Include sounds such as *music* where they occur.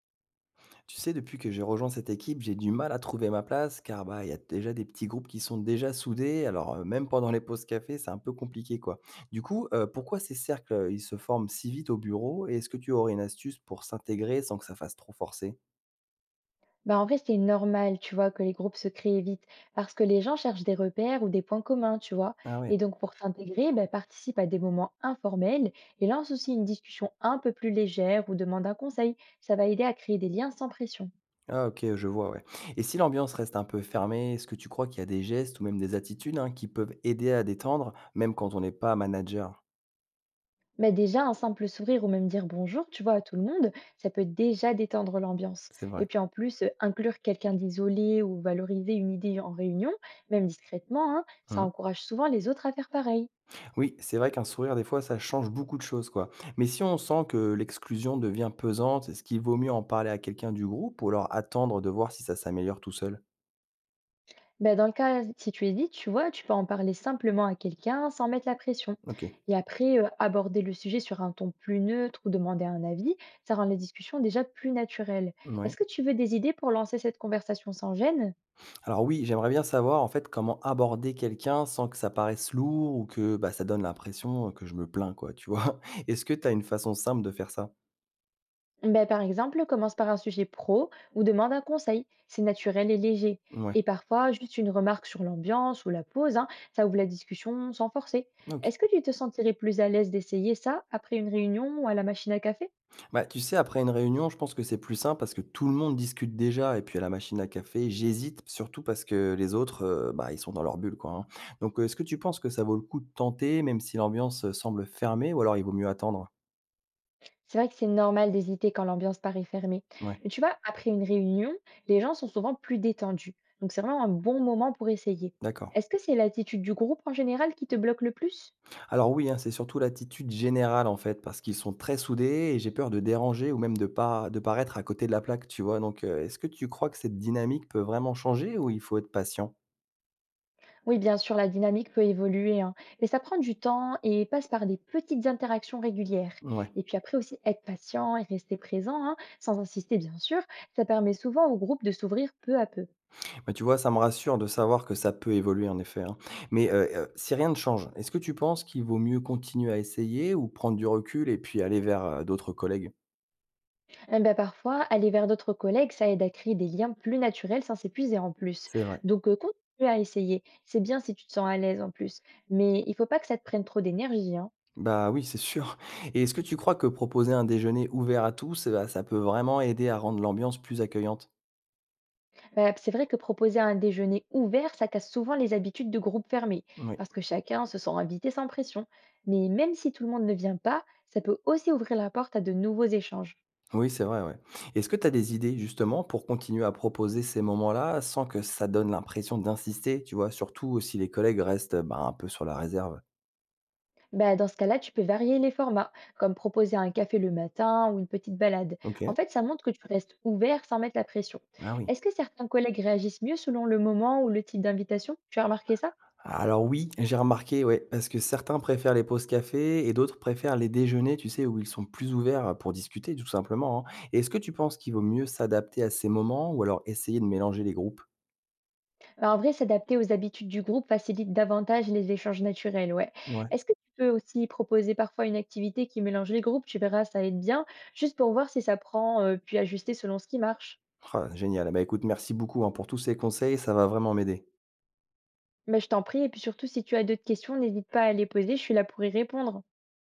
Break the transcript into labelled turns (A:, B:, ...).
A: Tu sais, depuis que j'ai rejoint cette équipe, j'ai du mal à trouver ma place car bah, il y a déjà des petits groupes qui sont déjà soudés. Alors, même pendant les pauses café, c'est un peu compliqué quoi. Du coup, pourquoi ces cercles ils se forment si vite au bureau et est-ce que tu aurais une astuce pour s'intégrer sans que ça fasse trop forcer?
B: Bah, en vrai, c'est normal, tu vois, que les groupes se créent vite, parce que les gens cherchent des repères ou des points communs, tu vois.
A: Ah ouais.
B: Et donc, pour s'intégrer, bah, participe à des moments informels et lance aussi une discussion un peu plus légère ou demande un conseil. Ça va aider à créer des liens sans pression.
A: Ah ok, je vois, ouais. Et si l'ambiance reste un peu fermée, est-ce que tu crois qu'il y a des gestes ou même des attitudes hein, qui peuvent aider à détendre, même quand on n'est pas manager?
B: Mais déjà, un simple sourire ou même dire bonjour, tu vois, à tout le monde, ça peut déjà détendre l'ambiance.
A: C'est
B: Et
A: vrai.
B: puis en plus, inclure quelqu'un d'isolé ou valoriser une idée en réunion, même discrètement, hein, ça
A: Mmh.
B: encourage souvent les autres à faire pareil.
A: Oui, c'est vrai qu'un sourire, des fois, ça change beaucoup de choses, quoi. Mais si on sent que l'exclusion devient pesante, est-ce qu'il vaut mieux en parler à quelqu'un du groupe ou alors attendre de voir si ça s'améliore tout seul?
B: Ben, dans le cas, si tu hésites, tu vois, tu peux en parler simplement à quelqu'un sans mettre la pression.
A: Ok.
B: Et après, aborder le sujet sur un ton plus neutre ou demander un avis, ça rend la discussion déjà plus naturelle.
A: Oui.
B: Est-ce que tu veux des idées pour lancer cette conversation sans gêne?
A: Alors oui, j'aimerais bien savoir en fait comment aborder quelqu'un sans que ça paraisse lourd ou que bah, ça donne l'impression que je me plains, quoi, tu vois. *laughs* Est-ce que tu as une façon simple de faire ça?
B: Ben, par exemple, commence par un sujet pro ou demande un conseil. C'est naturel et léger. Et
A: Ouais.
B: parfois, juste une remarque sur l'ambiance ou la pause, hein, ça ouvre la discussion sans forcer.
A: Ok.
B: Est-ce que tu te sentirais plus à l'aise d'essayer ça après une réunion ou à la machine à café?
A: Bah, tu sais, après une réunion, je pense que c'est plus simple parce que tout le monde discute déjà. Et puis à la machine à café, j'hésite surtout parce que les autres, bah, ils sont dans leur bulle, quoi, hein. Donc, est-ce que tu penses que ça vaut le coup de tenter, même si l'ambiance semble fermée, ou alors il vaut mieux attendre?
B: C'est vrai que c'est normal d'hésiter quand l'ambiance paraît fermée.
A: Ouais,
B: Mais tu vois, après une réunion, les gens sont souvent plus détendus. Donc c'est vraiment un bon moment pour essayer.
A: d'accord.
B: Est-ce que c'est l'attitude du groupe en général qui te bloque le plus?
A: Alors oui, hein, c'est surtout l'attitude générale, en fait, parce qu'ils sont très soudés et j'ai peur de déranger ou même de pas, de paraître à côté de la plaque, tu vois. Donc, est-ce que tu crois que cette dynamique peut vraiment changer ou il faut être patient?
B: Oui, bien sûr, la dynamique peut évoluer, hein, mais ça prend du temps et passe par des petites interactions régulières.
A: Ouais.
B: Et puis après aussi, être patient et rester présent, hein, sans insister bien sûr, ça permet souvent au groupe de s'ouvrir peu à peu.
A: Mais tu vois, ça me rassure de savoir que ça peut évoluer en effet, hein. Mais, si rien ne change, est-ce que tu penses qu'il vaut mieux continuer à essayer ou prendre du recul et puis aller vers, d'autres collègues?
B: Eh ben, parfois, aller vers d'autres collègues, ça aide à créer des liens plus naturels sans s'épuiser en plus.
A: C'est vrai.
B: Donc, continue à essayer. C'est bien si tu te sens à l'aise en plus. Mais il faut pas que ça te prenne trop d'énergie, hein.
A: Bah, oui, c'est sûr. Et est-ce que tu crois que proposer un déjeuner ouvert à tous, bah, ça peut vraiment aider à rendre l'ambiance plus accueillante?
B: C'est vrai que proposer un déjeuner ouvert, ça casse souvent les habitudes de groupe fermé,
A: Oui.
B: parce que chacun se sent invité sans pression. Mais même si tout le monde ne vient pas, ça peut aussi ouvrir la porte à de nouveaux échanges.
A: Oui, c'est vrai, ouais. Est-ce que tu as des idées justement pour continuer à proposer ces moments-là sans que ça donne l'impression d'insister, tu vois? Surtout si les collègues restent, bah, un peu sur la réserve.
B: Bah, dans ce cas-là, tu peux varier les formats, comme proposer un café le matin ou une petite balade. En
A: OK.
B: fait, ça montre que tu restes ouvert sans mettre la pression.
A: Ah oui.
B: Est-ce que certains collègues réagissent mieux selon le moment ou le type d'invitation? Tu as remarqué ça?
A: Alors oui, j'ai remarqué, ouais, parce que certains préfèrent les pauses café et d'autres préfèrent les déjeuners, tu sais, où ils sont plus ouverts pour discuter, tout simplement, hein. Et est-ce que tu penses qu'il vaut mieux s'adapter à ces moments ou alors essayer de mélanger les groupes?
B: Bah, en vrai, s'adapter aux habitudes du groupe facilite davantage les échanges naturels, ouais.
A: Ouais.
B: Est-ce que tu peux aussi proposer parfois une activité qui mélange les groupes? Tu verras, ça aide bien, juste pour voir si ça prend, puis ajuster selon ce qui marche.
A: Ah, génial. Bah écoute, merci beaucoup hein, pour tous ces conseils, ça va vraiment m'aider.
B: Mais je t'en prie, et puis surtout, si tu as d'autres questions, n'hésite pas à les poser, je suis là pour y répondre.